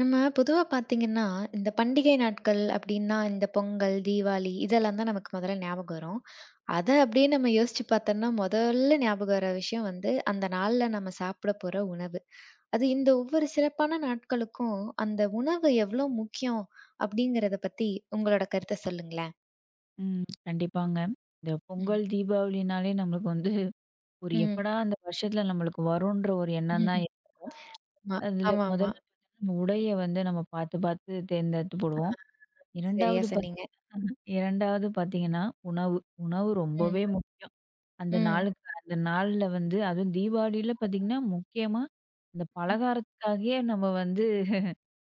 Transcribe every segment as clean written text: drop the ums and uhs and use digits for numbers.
நம்ம பொதுவா பார்த்தீங்கன்னா, இந்த பண்டிகை நாட்கள் அப்டின்னா, இந்த பொங்கல், தீபாவளி இதெல்லாம் தான் நமக்கு முதல்ல ஞாபகம் வரும். அத அப்டியே நம்ம யோசிச்சு பார்த்தோம்னா, முதல்ல ஞாபகம் வர விஷயம் வந்து, அந்த நாள்ல நம்ம சாப்பிட போற உணவு. அது இந்த ஒவ்வொரு சிறப்பான நாட்களுக்கும், அந்த உணவு எவ்ளோ முக்கியம் அப்டிங்கிறத பத்தி உங்களோட கருத்த சொல்லுங்களேன்? ம். கண்டிப்பாங்க. இந்த ம். பொங்கல், தீபாவளினாலே நம்மளுக்கு வந்து ஒரு ம். எப்படா அந்த வருஷத்துல நம்மளுக்கு வரும்ன்ற ஒரு எண்ணம் தான். ம். ஆமா. அதுல ஆமாமா. முதல்ல பாத்தீங்கன்னா நம்ம உடைய வந்து நம்ம பார்த்து பார்த்து தேர்ந்தெடுத்து போடுவோம். சரியா 2வது பாத் சொன்னீங்க. 2வது பார்த்தீங்கன்னா, உணவு. உணவு ம். ரொம்பவே முக்கியம். அந்த ம். நாளுக்கு அந்த நாள்ல வந்து அதுவும் தீபாவளியில பார்த்தீங்கன்னா, முக்கியமா அந்த பலகாரத்துக்காகவே நம்ம வந்து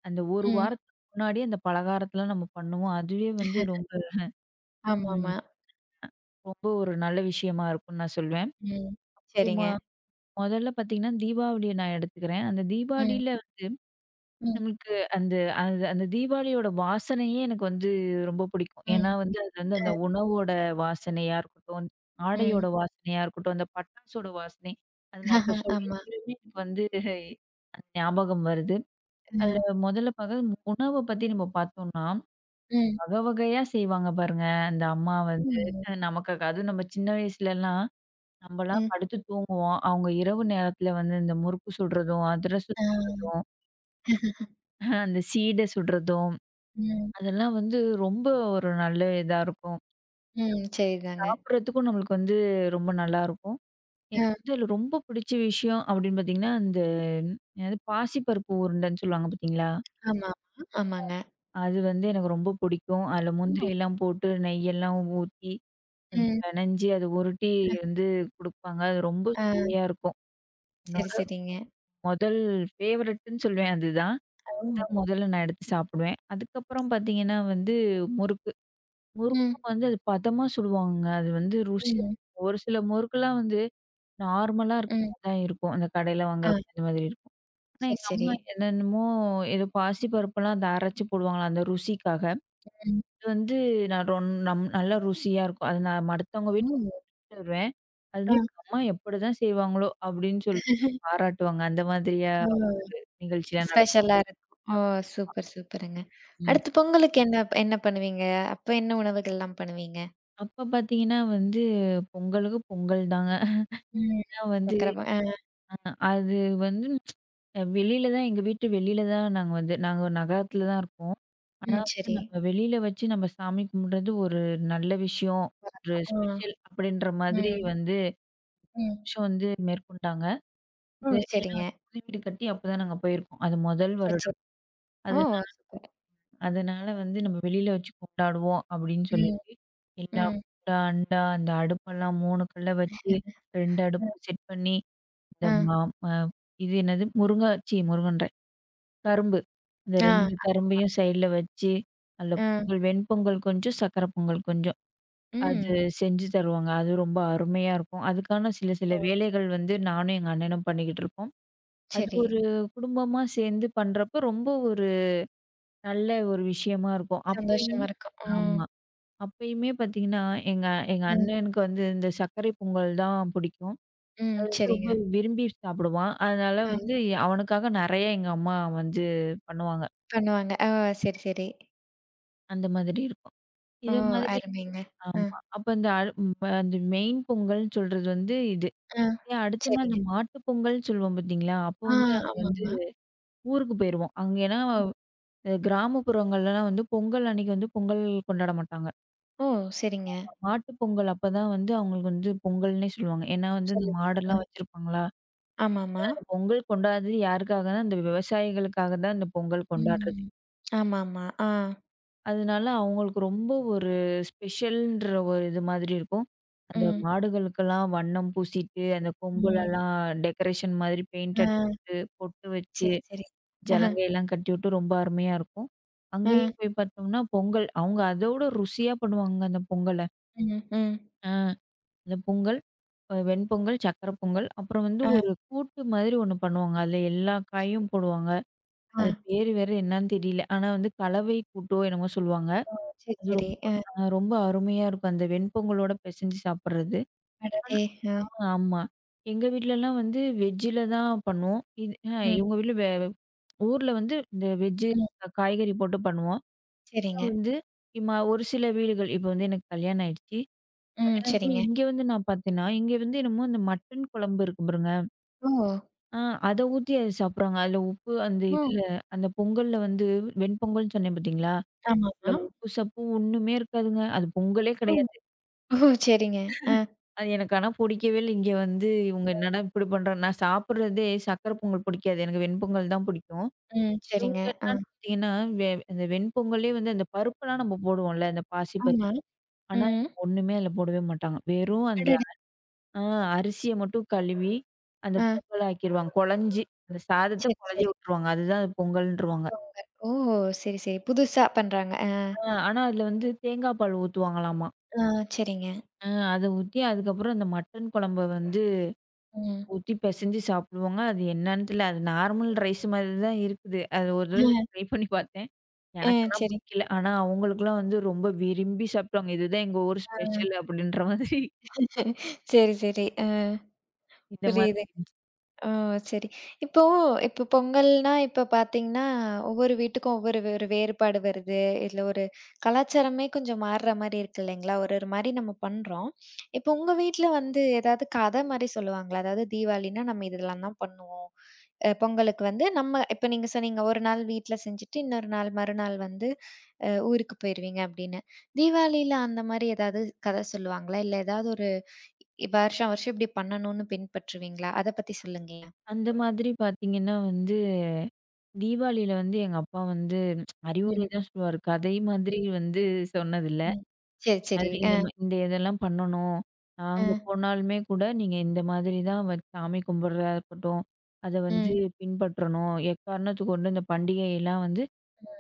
அந்த ஒரு ம். வாரத்துக்கு முன்னாடியே அந்த பலகாரத்தலாம் நம்ம பண்ணுவோம். அதுவே வந்து ரொம்ப ம் ஆமாமா. ரொம்ப ஒரு நல்ல விஷயமா இருக்கும்னு நான் ம். சரிங்க. சொல்வேன். முதல்ல பார்த்தீங்கன்னா, தீபாவளிய நான் எடுத்துக்கிறேன். அந்த ம். தீபாவளியில வந்து ம். நம்மளுக்கு அந்த அந்த அந்த தீபாவளியோட வாசனையே எனக்கு வந்து ரொம்ப பிடிக்கும். ம். ஏன்னா வந்து அது வந்து அ. அந்த உணவோட வாசனையா இருக்கட்டும், ம். ஆடையோட வாசனையா இருக்கட்டும், அந்த பட்டாசோட வாசனை. அது நான் இப்ப சொல்ல ஆமா. சொல்லவே எனக்கு வந்து அந்த ஞாபகம் வருது. அதுல அ. முதல்ல பாக்க உணவ பத்தி நம்ம பார்த்தோம்னா, ம். வகை வகையா செய்வாங்க பாருங்க. அந்த அம்மா வந்து ம். நமக்காக அதுவும் நம்ம சின்ன வயசுலலாம் நம்பலாம் ம். படுத்து தூங்குவோம். அவங்க இரவு நேரத்தில வந்து இந்த முறுக்கு சுடுறதும், அதிரசம் ஆ. சுடுறதும், அந்த சீடை சுடுறதும், ம். அதெல்லாம் வந்து ரொம்ப ஒரு நல்ல இதா இருக்கும். ம். சரிதாங்க. சாப்பிடுறதுக்கும் நம்மளுக்கு வந்து ரொம்ப நல்லாருக்கும். அ. எனக்கு வந்து அதில ரொம்ப பிடிச்ச விஷயம் அப்படின்னு பார்த்தீங்கன்னா, இந்த என்னது பாசிப்பருப்பு உருண்டைன்னு சொல்லுவாங்க பார்த்தீங்களா? ஆமா, ஆமா. ஆமாங்க. அது வந்து எனக்கு ரொம்ப பிடிக்கும். அதில ஓ! முந்திரியெல்லாம் போட்டு நெய்யெல்லாம் ஊத்தி, அது ம். பெனஞ்சு அது உருட்டி வந்து குடுப்பாங்க. அது ரொம்ப ஆ. சுவையா இருக்கும். சரி, என்னோட சரிங்க. முதல் ஃபேவரட்டுன்னு சொல்லுவேன் அதுதான். தான் ஓ! முதல்ல நான் எடுத்து சாப்பிடுவேன். அதுக்கப்புறம் பார்த்தீங்கன்னா வந்து முறுக்கு. ம். முறுக்கும் வந்து அது பதமா சுடுவாங்கங்க. அது வந்து ருசியா இருக்கும். ம். ஒரு சில முறுக்குலாம் வந்து நார்மலா இருக்க ம். மாரி தான் இருக்கும். அந்த கடையில வாங்குற ஆ. அந்த மாதிரி இருக்கும். ஆனா சரி, எங்க சரி. அம்மா என்னென்னமோ ஏதோ பாசி பருப்பெல்லாம் அத அரைச்சு போடுவாங்களாம் அந்த ருசிக்காக. ம். அது வந்து நான் ரொன் நம் நல்லா ருசியா இருக்கும். அது நான் மத்தவங்க ஓ! வீட்டுக்கு கொண்டு வருவேன். அது ஆ. வந்து "உங்க அம்மா எப்படிதான் செய்வாங்களோ?" அப்படின்னு சொல்லிட்டு பாராட்டுவாங்க. அந்த மாதிரியா ஓ! நிகழ்ச்சிலாம் ஸ்பெஷலா இருக்கும். ஓ! சூப்பர், சூப்பருங்க. நடக்கும். அடுத்து பொங்கலுக்கு என்ன என்ன பண்ணுவீங்க? அப்ப என்ன உணவுகள்லாம் பண்ணுவீங்க? அப்ப பார்த்தீங்கன்னா வந்து, பொங்கலுக்கு பொங்கல் தாங்க. ம். ஆனா வந்து சக்கர போ ஆ. அது வந்து வெளியில தான் எங்க வீட்டு வெளியில தான் நாங்க வந்து நாங்க ஒரு நகரத்தில தான் இருக்கோம். ஆனா ம். வந்து சரி. நம்ம வெளியில வச்சு நம்ம சாமி கும்பிடுறது ஒரு நல்ல விஷயம். ஒரு வழக்கம். ஆ. ஸ்பெஷல் அப்படின்ற மாதிரி ம். வந்து ம். விஷயம் வந்து மேற்கொண்டாங்க. ஓ! இது ஏன்னா சரிங்க. வந்து புது வீடு கட்டி அப்பதான் நாங்க போயிருக்கோம். அது முதல் சரி, சரி. வருடம். அது ஓ! சூப்பர். அதனால வந்து நம்ம வெளியில வச்சு கொண்டாடுவோம் அப்படின்னு ம், சொல்லிட்டு, எல்லா ம். குண்டா, அண்டா அந்த அடுப்பெல்லாம் 3 கல்ல வச்சு 2 அ, அடுப்பு செட் பண்ணி, இந்த மா ம இது என்னது முருங்க முருங்கன்றேன். கரும்பு. இந்த ஆ, 2 கரும்பையும் சைடுல வச்சு, அதில ஆ, பொங்கல் வெண்பொங்கல் கொஞ்சம், சர்க்கரை பொங்கல் கொஞ்சம். அது ம். செஞ்சு தருவாங்க. அது ரொம்ப அருமையா இருக்கும். அதுக்கான சில சில ஓ! வேலைகள் வந்து நானும் எங்க அண்ணனும் பண்ணிக்கிட்டு இருப்போம். அது சரி. ஒரு குடும்பமா சேர்ந்து பண்றப்ப ரொம்ப ஒரு நல்ல ஒரு விஷயமா இருக்கும். சந்தோஷமா அப்பயுமே இருக்கும். ம், ஆமா. அப்பயுமே பார்த்தீங்கன்னா, எங்க எங்க ம், அண்ணனுக்கு வந்து இந்த சர்க்கரை பொங்கல் தான் பிடிக்கும். ம். வந்து சரிங்க. ரொம்ப விரும்பி சாப்பிடுவான். அதனால ஆ வந்து அவனுக்காக நெறைய எங்க அம்மா வந்து பண்ணுவாங்க. பண்ணுவாங்க. ஓ! சரி, சரி. அந்த மாதிரி இருக்கும். ஓ! இது மாதிரி அருமைங்க. அ, ஆமா. அப்ப இந்த அந்த மெயின் பொங்கல்ன்னு சொல்றது வந்து இது. ஆ. ஏன் அடுத்த நாள் சரிங்க. இந்த மாட்டு பொங்கல்ன்னு சொல்லுவோம் பார்த்தீங்களா? அப்போ ஆ, வந்து நாங்க வந்து ஆமாமா. ஊருக்கு போயிருவோம். அங்க ஏன்னா ம். கிராமப்புறங்கள்லலாம் வந்து பொங்கல் அன்னைக்கு வந்து பொங்கல் கொண்டாட மாட்டாங்க. ஓ! சரிங்க. மாட்டு பொங்கல் அப்பதான் வந்து அவங்களுக்கு வந்து பொங்கல்னே சொல்லுவாங்க. ஏன்னா வந்து இந்த சொல்லுங்க. மாடெல்லாம் அ, வச்சிருப்பாங்களா? ஆமாமா. அந்த பொங்கல் கொண்டாடுறது யாருக்காகன்னா, அந்த விவசாயிகளுக்காக தான் இந்த பொங்கல் கொண்டாடுறது. ம். ஆமாமா. ஆ, அதனால அவங்களுக்கு ரொம்ப ஒரு ஸ்பெஷல்ன்ற ஒரு இது மாதிரி இருக்கும். அந்த ம், மாடுகளுக்கெல்லாம் வண்ணம் பூசிட்டு, அந்த ம். கொம்புலலாம் டெக்கரேஷன் மாதிரி பெயிண்ட் ஆ, அடிச்சுட்டு, பொட்டு வச்சு, சரி, சரி. ஆஹ, ஜலங்கையெல்லாம் கட்டிவிட்டு ரொம்ப அருமையா இருக்கும். ஆ, அங்கேயும் போய் பார்த்தோம்னா, பொங்கல் அவங்க அதோட ருசியா பண்ணுவாங்க அந்த பொங்கல. ம், ம். அ அந்த பொங்கல், வெண்பொங்கல், சர்க்கரை பொங்கல், அப்புறம் வந்து ஆ, ஒரு கூட்டு மாதிரி ஒண்ணு பண்ணுவாங்க. அதுல எல்லா சரி. காயும் போடுவாங்க. ஆ, அது பேரு வேற என்னான்னு தெரியல. ஆனா வந்து கலவை கூட்டோ என்னமோ சொல்லுவாங்க. ஓ! சரி, அது சரி. ரொம்ப அ, ரொம்ப அருமையா இருக்கும். அந்த வெண்பொங்கலோட பெசஞ்சு சாப்பிடுறது. ஆனா அடடே! ஆ. ஆமா. எங்க வீட்லலாம் வந்து வெஜ்ஜில தான் பண்ணுவோம். இது ம், இவங்க வீட்ல வே ஊர்ல வந்து இந்த வெஜ்ஜு ம். காய்கறி போட்டு பண்ணுவோம். ஆனா சரிங்க. வந்து இம்மா ஒரு சில வீடுகள் இப்போ வந்து எனக்கு கல்யாணம் ஆயிடுச்சு. ம், கல்யாணம் ஆகி சரிங்க. இங்க வந்து நான் பார்த்தேன்னா, இங்க வந்து என்னமோ அந்த மட்டன் குழம்பு இருக்கு பாருங்க. ஓ! ஆ அத ஊத்தி அது சாப்பிடுறாங்க. அதில உப்பு அந்த ம். இதுல அந்த பொங்கல்ல வந்து வெண்பொங்கல்னு சொன்னேன் பார்த்தீங்களா? ஆமாமா. அதுல உப்பு சப்பும் ஒண்ணுமே இருக்காதுங்க. அது பொங்கலே ம். கிடையாது. ஓ! சரிங்க. ஆ. அது எனக்கு ஆனா புடிக்கவே இல்ல. இங்க வந்து இவங்க என்னடா இப்படி பண்றாங்க? நான் சாப்பிடுறதே சர்க்கரை பொங்கல் பிடிக்காது. எனக்கு வெண்பொங்கல் தான் பிடிக்கும். ம். சரிங்க. இவங்க ஆ. என்னன்னு பார்த்தீங்கன்னா, அந்த வெண்பொங்கலே வந்து அந்த பருப்புலாம் நம்ம போடுவோம்ல, அந்த பாசி பருப்பு. ஆமா. ஆனா ம். ஒண்ணுமே அதுல போடவே மாட்டாங்க. வெறும் அந்த அடடா! ஆ அரிசிய மட்டும் கழுவி, அந்த ஆ. பொங்கல் ஆக்கிருவாங்க. குழஞ்சு அந்த சாதத்த சரி, குழஞ்சு சரி. விட்டுருவாங்க. அதுதான் அது பொங்கல்ன்ருவாங்க. பொங்கல். ஓ! சரி, சரி. புதுசா பண்றாங்க. ஆ. ஆ ஆனா அதுல வந்து தேங்காய் பால் ஊத்துவாங்களாமா. ஆ. சரிங்க. அ அத ஊத்தி அதுக்கப்புறம் அந்த மட்டன் குழம்ப வந்து ம். ஊத்தி பெசஞ்சு சாப்பிடுவோங்க. அது என்னன்னு தெரியல. அது நார்மல் ரைஸ் மாதிரி தான் இருக்குது. அது ஒரு தடவ ஆ. ட்ரை பண்ணி பார்த்தேன். ஆ. எனக்கென்னா சரி. பிடிக்கல. ஆனா அவங்களுக்கெல்லாம் வந்து ரொம்ப விரும்பி சாப்பிட்டாங்க. இதுதான் எங்க ஊர் ஆ. ஸ்பெஷல் அப்படின்ற மாதிரி சரி, சரி. ஆ. இந்த மாதிரி புரியுதுங்க. இருந்துச்சு. ஓ! சரி. இப்போ இப்போ பொங்கல்னா, இப்ப பார்த்தீங்கன்னா, ஒவ்வொரு வீட்டுக்கும் ஒரு வேறுபாடு வருது. இதுல ஒரு கலாச்சாரமே கொஞ்சம் மாறுற மாரி இருக்கு இல்லைங்களா? ஒரு ஒரு மாரி நம்ம பண்றோம். இப்போ உங்க வீட்ல வந்து ஏதாவது கதை மாரி சொல்லுவாங்களா? அதாவது தீபாவளின்னா நம்ம இதெல்லாம் தான் பண்ணுவோம். பொங்கலுக்கு வந்து நம்ம இப்ப நீங்க சொன்னீங்க, ஒரு நாள் வீட்ல செஞ்சுட்டு, இன்னொரு நாள் மறுநாள் வந்து ஊருக்கு போயிருவீங்க அப்படின்னு. தீபாவளியில அந்த மாரி ஏதாவது கதை சொல்லுவாங்களா? இல்ல ஏதாவது ஒரு வருஷம் வருஷம் இப்படி பண்ணணும்னு பின்பற்றுவீங்களா? அத பத்தி சொல்லுங்களேன். அந்த மாதிரி பார்த்தீங்கன்னா வந்து தீபாவளியில வந்து எங்க அப்பா வந்து அறிவுரை ம். தான் சொல்லுவாரு. கதை ம். மாதிரி வந்து சொன்னதில்ல. ம். சரி, சரி. மாதிரி அ, இந்த இதெல்லாம் பண்ணணும். நாங்க அ, போனாலுமே கூட நீங்க இந்த மாதிரி தான் சாமி கும்பிடுறதா இருக்கட்டும், அத வந்து ம், பின்பற்றணும். எக்காரணத்துக்கு கொண்டு இந்த பண்டிகையெல்லாம் வந்து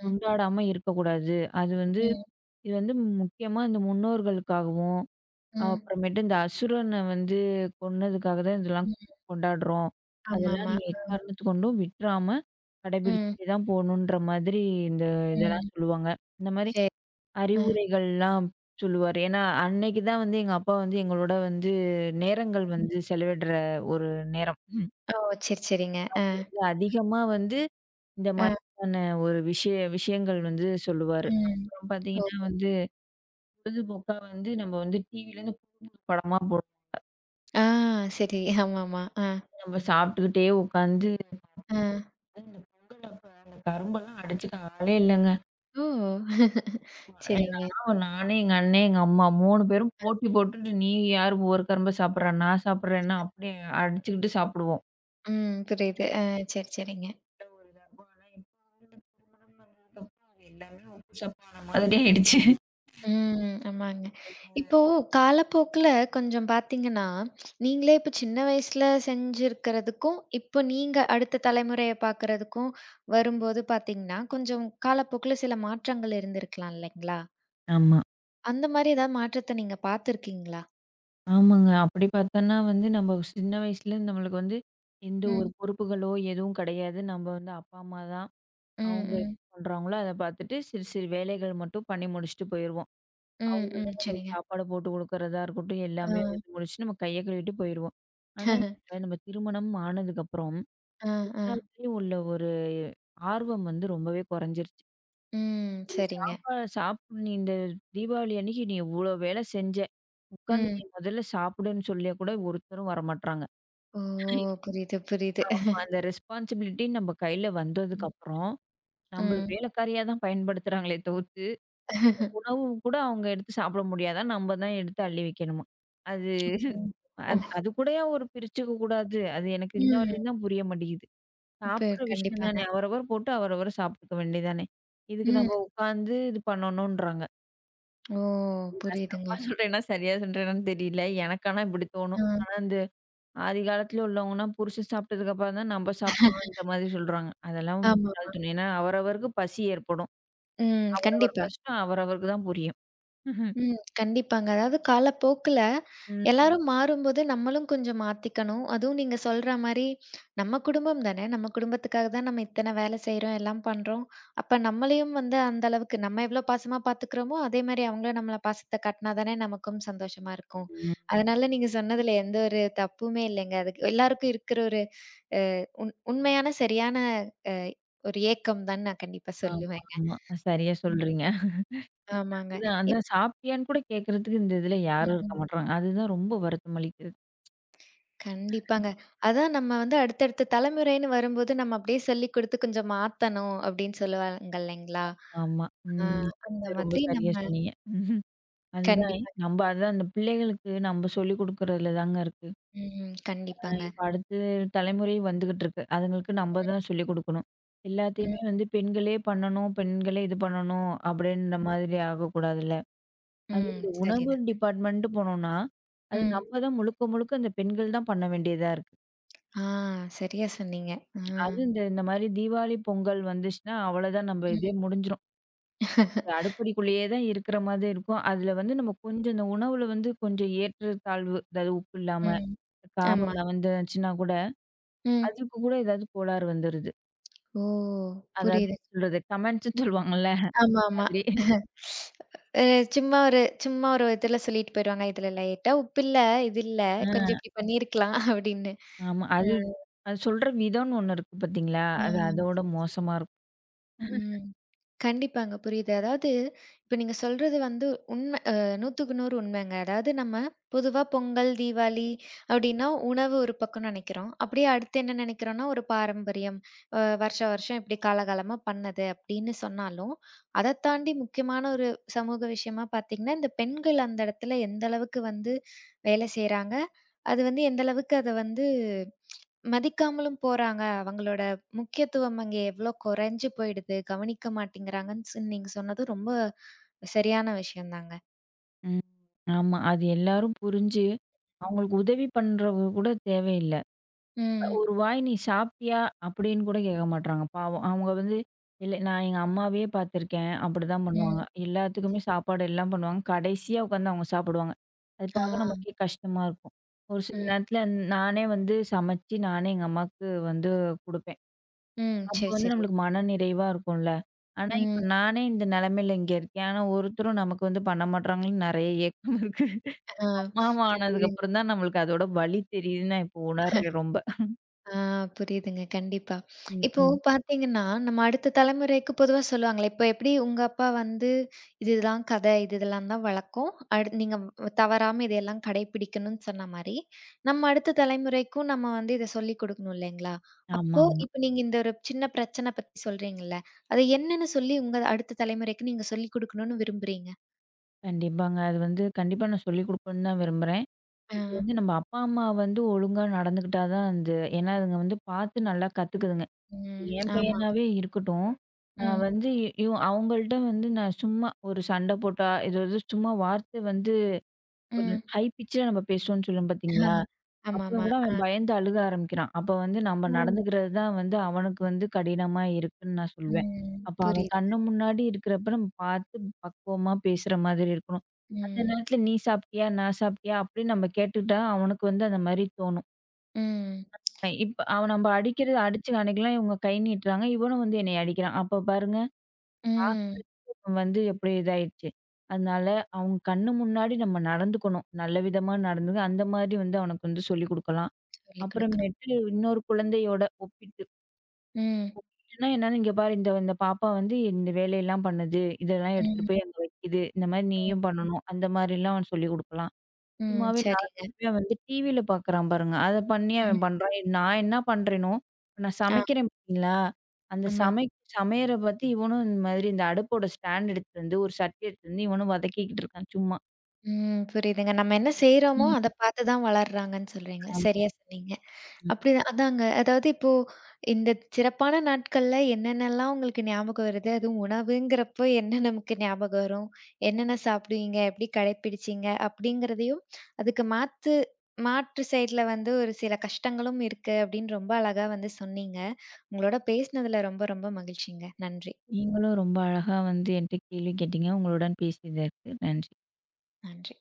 ம், கொண்டாடாம இருக்கக்கூடாது. அது வந்து ம், இது வந்து முக்கியமா இந்த முன்னோர்களுக்காகவும், ம், அப்புறமேட்டு இந்த அசுரன வந்து கொன்னதுக்காக தான் இதெல்லாம் ம். கொண்டாடுறோம். அதெல்லாம் ஆமாமா. நீங்க எக்காரணத்துக்கு கொண்டும் விட்றாம ம், கடைபிடிச்சுட்டே தான் போகணுன்ற மாதிரி இந்த இதெல்லாம் ம். சொல்லுவாங்க. இந்த மாரி சரி. அ, அறிவுரைகள்லாம் சொல்லுவாரு. ஏன்னா, அன்னைக்கு தான் வந்து எங்க அப்பா வந்து எங்களோட வந்து நேரங்கள் ம். வந்து செலவிடுற ஒரு நேரம். ம். ஓ! சரி, சரிங்க. அ, அப்ப வந்து அதிகமா வந்து இந்த அ, மாதிரியான ஒரு விஷயங்கள் வந்து சொல்லுவாரு. ம். அப்புறம் பார்த்தீங்கன்னா ஓஹோ! வந்து பொழுதுபோக்கா வந்து நம்ம வந்து டிவிலேருந்து புது புது படமா போட்டு ஆ சரி. ஆமாமா. அ, நம்ம சாப்பிட்டுக்கிட்டே உட்காந்து அ. இந்த பொங்கல் அப்ப அந்த கரும்பெல்லாம் அடிச்சுக்க ஆளே இல்லங்க. ஓ! சரிங்க. ஏன்னா, நானு, எங்க அண்ணே, எங்க அம்மா 3 பேரும் போட்டி போட்டுட்டு, நீ யாரு ஒரு கரும்ப சாப்பிடுறா? நான் சாப்பிடுறேன்னா, அப்படி அடிச்சுக்கிட்டு சாப்பிடுவோம். ம். புரியுது. அ சரி, சரிங்க. நல்ல ஒரு இதா இருக்கும். ஆனா, இப்ப வந்து திருமணம் பண்ணதுக்கப்புறம் அது எல்லாமே உப்பு சப்பான மாதிரி ஆயிடுச்சு. ம். ஆமாங்க. இப்போ காலப்போக்குல கொஞ்சம் பார்த்தீங்கன்னா, நீங்களே இப்ப சின்ன வயசுல செஞ்சிருக்கிறதுக்கும், இப்போ நீங்க அடுத்த தலைமுறைய பார்க்கிறதுக்கும் வரும்போது பார்த்தீங்கன்னா, கொஞ்சம் காலப்போக்குல சில மாற்றங்கள் இருந்திருக்கலாம் இல்லைங்களா? ஆமா. அந்த மாரி ஏதாவது மாற்றத்த நீங்க பார்த்துருக்கீங்களா? ஆமாங்க. அப்படி பார்த்தோம்னா வந்து நம்ம சின்ன வயசுல நம்மளுக்கு வந்து எந்த ஒரு ம். பொறுப்புகளோ எதுவும் கிடையாது. நம்ம வந்து அப்பா, அம்மா தான். ம். அவங்க ம். என்ன பண்றாங்களோ, அத பார்த்துட்டு சிறு சிறு வேலைகள் மட்டும் பண்ணி முடிச்சுட்டு போயிருவோம். ம். அவரு ம். தான் நம்மளுக்கு சரிங்க. சாப்பாடு போட்டு குடுக்குறதா இருக்கட்டும், ஆ. எல்லாமே வந்து முடிச்சுட்டு நம்ம கைய கழுவிட்டு போயிருவோம். ஆனா, இப்ப நம்ம திருமணம் ஆனதுக்கப்புறம், ஆ, ஆ. எல்லாத்துலயும் உள்ள ஒரு ஆர்வம் வந்து ரொம்பவே குறைஞ்சிருச்சு. ம். ஒரு சரிங்க. சாப்பா சாப் "நீ இந்த தீபாவளி அன்னைக்கு நீ இவ்ளோ வேலை செஞ்ச. உட்காந்து நீ ம். முதல்ல சாப்பிடுன்னு" சொல்லியே கூட ஒருத்தரும் வரமாட்றாங்க. ஓ! புரியுது, புரியுது. ஆமா. அந்த ரெஸ்பான்சிபிலிட்டி நம்ம கையில ம். வந்ததுக்கப்புறம், நம்மள ம். வேலைக்காரியா தான் பயன்படுத்துறாங்களே தவிர்த்து, உணவும் கூட அவங்க எடுத்து சாப்பிட முடியாதாம். நம்ம தான் எடுத்து அள்ளி வைக்கணுமா. அது ம். ஓ, அது அது கூடயா ஒரு பிரிச்சுக்க கூடாது? அது எனக்கு இன்ன ம். வரையும் தான் புரிய மாட்டேங்குது. இப்ப சாப்பிடுற விஷயம் தானே. கண்டிப்பாங்க. அவரவர் போட்டு அவரவர் சாப்பிட்டுக்க வேண்டியதானே. இதுக்கு நம்ம ம். உட்காந்து இது பண்ணணுன்றாங்க. ஓ! இது நான் தப்பா புரியுதுங்க. சொல்றேன்னா, சரியா சொல்றேனான்னு தெரியல. எனக்கு ஆனா இப்படி தோணும். ஆ. ஆனா இந்த ஆதி காலத்துல உள்ளவங்கன்னா, புருஷன் சாப்பிட்டதுக்கப்புறம் தான் நம்ம சாப்பிடணும் இந்த மாதிரி சொல்றாங்க. அதெல்லாம் ஆமா. முட்டாள் தனம். ஏன்னா அவரவருக்கு பசி ஏற்படும். ம். அவரவர் கண்டிப்பா. கஷ்டம் அவரவருக்கு தான் புரியும். ம். கண்டிப்பாங்க. அதாவது காலப்போக்குல ம். ம். எல்லாரும் மாறும்போது, நம்மளும் கொஞ்சம் மாத்திக்கணும். அதுவும் நீங்க சொல்ற மாரி, நம்ம குடும்பம் தானே! நம்ம குடும்பத்துக்காக தான் நம்ம இத்தன வேலை செய்றோம், எல்லாம் பண்றோம். அப்ப நம்மளையும் வந்து அந்த அளவுக்கு நம்ம எவ்ளோ பாசமா பாத்துக்கிறோமோ, அதே மாரி அவங்களும் நம்மள பாசத்த காட்டுனா தானே நமக்கும் சந்தோஷமா இருக்கும். ம். அதனால நீங்க சொன்னதுல எந்த ஒரு தப்புமே இல்லைங்க. அதுக்கு எல்லாருக்கும் இருக்கிற ஒரு அ உண்மையான, சரியான அ ஒரு ஏக்கம் தான்னு நான் கண்டிப்பா ஆமா, சொல்லுவேங்க. ஆமா. சரியா ம். சொல்றீங்க. ஆமாங்க. அதான், இப் அதான் சாப்பிட்டியான்னு கூட கேட்கறதுக்கு இந்த இதுல யாரும் இருக்க ம். மாட்றாங்க. அதுதான் ரொம்ப வருத்தம் அளிக்குது. கண்டிப்பாங்க. அதான் நம்ம வந்து அடுத்தடுத்த தலைமுறைன்னு வரும்போது, நம்ம அப்படியே சொல்லிக் குடுத்து கொஞ்சம் மாத்தணும் அப்படின்னு சொல்லுவாங்க இல்லைங்களா? ஆமா. ஆ ம். அந்த இது ரொம்ப மாதிரி சரியா நம்ம சொன்னீங்க. ம்ஹ்ம். அதுதான் கண்டிப்பா. நம்ப அதான் அந்த பிள்ளைகளுக்கு நம்ப சொல்லிக் குடுக்குறதுல தாங்க இருக்கு. ம். கண்டிப்பாங்க. இப்ப அடுத்து தலைமுறை வந்துகிட்டு இருக்கு. அதுங்களுக்கு நம்ப தான் சொல்லிக் குடுக்கணும். ம். எல்லாத்தையுமே வந்து பெண்களே பண்ணணும், பெண்களே இது பண்ணணும் அப்படின்ற மாதிரி ஆகக்கூடாதுல்ல. அதுவும் ம். இந்த உணவு சரிதான். டிபார்ட்மென்ட்டு போனோம்னா, அது ம். நம்ம தான் முழுக்க முழுக்க அந்த பெண்கள் தான் பண்ண வேண்டியதா இருக்கு. ஆ சரியா சொன்னீங்க. ஆ. அது இந்த இந்த மாரி தீபாவளி, பொங்கல் வந்துச்சுன்னா, அவ்வளோதான் நம்ம இதே ம். முடிஞ்சிரும். அது அடுப்படிக்குள்ளேயே தான் இருக்கிற மாதிரி இருக்கும். அதில வந்து நம்ம கொஞ்சம் இந்த உணவுல வந்து கொஞ்சம் ஏற்றத்தாழ்வு, அதாவது உப்பு இல்லாம, ம். காரம் ஆமா. இல்லாம வந்துச்சுன்னா கூட, ம். அதுக்கு கூட ஏதாவது கோளாறு வந்துருது. ஓ! அதாவது புரியுது. என்ன சொல்றது? கமெண்ட்ஸ்ன்னு சொல்லுவாங்கல்ல, அந்த ஆமாமா. மாதிரி. அ சும்மா ஒரு சும்மா ஒரு இதுல சொல்லிட்டு போயிருவாங்க. இதுல லைட்டா உப்பு இல்ல, இது இல்ல, ஆ கொஞ்சம் இப்படி பண்ணியிருக்கலாம் அப்படின்னு. ஆமா. அ. அது அது சொல்ற விதம்ன்னு ஒண்ணு இருக்கு பார்த்தீங்களா? ஆ. அது அதோட சரி, சரி. மோசமா இருக்கும். ம். கண்டிப்பாங்க. புரியுது. அதாவது இப்ப நீங்க சொல்றது வந்து உண்ம அ 100க்கு 100 உண்மைங்க. அதாவது நம்ம பொதுவா பொங்கல், தீபாவளி அப்டின்னா உணவு ஒரு பக்கம் நெனைக்கிறோம். அப்படியே அடுத்து என்ன நெனைக்கிறோம்னா, ஒரு பாரம்பரியம். வருஷம் வருஷம் இப்படி காலகாலமா பண்ணது அப்படின்னு சொன்னாலும், அதத் தாண்டி முக்கியமான ஒரு சமூக விஷயமா பார்த்தீங்கன்னா, இந்த பெண்கள் அந்த இடத்துல எந்த அளவுக்கு வந்து வேலை செய்றாங்க. அது வந்து எந்த அளவுக்கு அத வந்து மதிக்காமலும் போறாங்க. அவங்களோட முக்கியத்துவம் அங்க எவ்ளோ குறைஞ்சு போயிடுது, கவனிக்க மாட்டேங்கிறாங்கன்னு நீங்க சொன்னது ரொம்ப சரியான விஷயம் தாங்க. ம். ஆமா. அது எல்லாரும் புரிஞ்சு, அவங்களுக்கு உதவி பண்றவங்க கூட தேவையில்ல. ம், "ஒரு வாய் நீ சாப்பிட்டியா?" அப்படின்னு கூட கேட்க மாட்றாங்க, பாவம். அவங்க வந்து இல்ல நான் எங்க அம்மாவையே பார்த்துருக்கேன். அப்படிதான் பண்ணுவாங்க. ம். எல்லாத்துக்குமே சாப்பாடு எல்லாம் பண்ணுவாங்க. கடைசியா உட்காந்து அவங்க சாப்பிடுவாங்க. அது ஆ, பார்க்க நமக்கே கஷ்டமா இருக்கும். ஒரு சில ம், நேரத்துல நானே வந்து சமைச்சு நானே எங்க அம்மாவுக்கு வந்து குடுப்பேன். ம். அப்போ சரி, வந்து சரி. நம்மளுக்கு மன நிறைவா இருக்கும்ல. ஆனா இப்ப ம். நானே இந்த நிலைமையில இங்க இருக்கேன். ஆனா ஒருத்தரும் நமக்கு வந்து பண்ண மாட்றாங்கன்னு நெறைய ஏக்கம் இருக்கு. ஆ. அம்மாவா புரியுது. ஆனதுக்கப்புறம் தான் நம்மளுக்கு அதோட வலி தெரியுதுன்னு நான் இப்போ உணர்றேன் ரொம்ப. ஆ புரியுதுங்க. கண்டிப்பா. ம், இப்போ ம். பார்த்தீங்கன்னா, நம்ம அடுத்த தலைமுறைக்கு பொதுவா சொல்லுவாங்கல்ல, இப்போ எப்படி உங்க அப்பா வந்து இதுதான் கதை, இது இதெல்லாம் தான் வழக்கம். நீங்க தவறாம இதையெல்லாம் கடைப்பிடிக்கணும்னு சொன்ன மாரி, நம்ம அடுத்த தலைமுறைக்கும் நம்ம வந்து இத சொல்லிக் கொடுக்கணும் இல்லைங்களா? அப்போ ஆமாமா. இப்ப நீங்க இந்த ஒரு சின்ன பிரச்சனை பத்தி சொல்றீங்கல்ல, அது என்னன்னு சொல்லி உங்க அடுத்த தலைமுறைக்கு நீங்க சொல்லிக் குடுக்கணும்னு விரும்புறீங்க? கண்டிப்பாங்க. அது வந்து கண்டிப்பா நான் சொல்லிக் குடுக்கணும்னு தான் விரும்புறேன். ஆ. இப்ப வந்து நம்ம அப்பா, அம்மா வந்து ஒழுங்கா நடந்துக்கிட்டா தான் வந்து ஏன்னா அதுங்க வந்து பார்த்து நல்லா கத்துக்குதுங்க. ம். என் ஆமா. பையனாவே இருக்கட்டும், நான் ம். வந்து அவங்கள்ட்ட வந்து நான் சும்மா ஒரு சண்டை போட்டா, ஏதாவது சும்மா வார்த்தை வந்து ஒரு ம். ஹை பிட்ச்ல நம்ம பேசுவோம்னு சொல்லுவோம் பார்த்தீங்களா? அப்புறம் ஆமாமா. கூட ஆ. அவன் பயந்து அழுக ஆரம்பிக்கிறான். அப்ப வந்து நம்ம ம். நடந்துக்கிறது தான் வந்து அவனுக்கு வந்து கடினமா இருக்குன்னு நான் சொல்வேன். ம், அப்ப அவன் புரியுது. கண்ணு முன்னாடி இருக்கிறப்ப நம்ம பார்த்து பக்குவமா பேசுற மாதிரி இருக்கணும். அந்த ம். நேரத்துல "நீ சாப்பிட்டியா? நான் சாப்பிட்டியா?" அப்படின்னு நம்ம கேட்டுட்டா அவனுக்கு வந்து அந்த மாரி தோணும். ம். இப்ப அவன் நம்ம அடிக்கிறது அடிச்சு அன்னைக்கெல்லாம் இவங்க கை நீட்டுறாங்க. இவனும் வந்து என்னைய அடிக்கிறான். அப்ப பாருங்க ம். பாசம் வந்து எப்படி இதாயிடுச்சு. அதனால அவங்க கண்ணு முன்னாடி நம்ம நடந்துக்கணும். நல்ல விதமா நடந்துக்க அந்த மாரி வந்து அவனுக்கு வந்து சொல்லிக் குடுக்கலாம். சொல்லிக் குடுக்கணும். அப்புறமேட்டு இன்னொரு குழந்தையோட ஒப்பிட்டு ம். ஒப்பிட்டுன்னா என்னன்னா, "இங்க பாரு இந்த இந்த பாப்பா வந்து இந்த வேலையெல்லாம் பண்ணுது. இதெல்லாம் எடுத்துட்டு ம். போய் அங்க வைக்குது. இந்த மாரி ம். நீயும் பண்ணணும்." அந்த மாரிலாம் அவன் சொல்லிக் குடுக்கலாம். ம். சும்மாவே சரிங்க. நார்மலாவே அவன் வந்து டிவில பார்க்குறான் பாருங்க. அத பண்ணி ம். அவன் பண்றான். நான் என்ன பண்றேனோ, இப்ப நான் ஆ. சமைக்கிறேன் பார்த்தீங்களா? அந்த ஆமா. சமை சமையற பார்த்து இவனும் இந்த மாதிரி இந்த அடுப்போட ஸ்டாண்ட் எடுத்துட்டு வந்து, ஒரு சட்டி எடுத்துட்டு வந்து இவனும் வதக்கிக்கிட்டு இருக்கான் சும்மா. ம். புரியுதுங்க. நம்ம என்ன செய்றோமோ, ம். அத பார்த்து தான் வளர்றாங்கன்னு சொல்றீங்க. ஆமா. சரியா சொன்னீங்க. ம். அப்படிதான். அதாங்க. அதாவது இப்போ இந்த சிறப்பான நாட்கள்ல என்னென்னலாம் உங்களுக்கு ஞாபகம் வருது? அதுவும் உணவுங்கிறப்போ என்ன நமக்கு ஞாபகம் வரும்? என்னென்ன சாப்பிடுவீங்க? எப்படி கடைப்பிடிச்சீங்க? அப்படிங்கிறதையும், அதுக்கு மாற்று சைட்ல வந்து ஒரு சில கஷ்டங்களும் இருக்கு அப்படின்னு ரொம்ப அழகா வந்து சொன்னீங்க. உங்களோட பேசினதுல ரொம்ப ரொம்ப மகிழ்ச்சிங்க. நன்றி, நீங்களும் ரொம்ப அழகா வந்து என்ட்ட கேள்வி கேட்டீங்க. உங்களுடன் பேசியதற்கு நன்றி. நன்றி.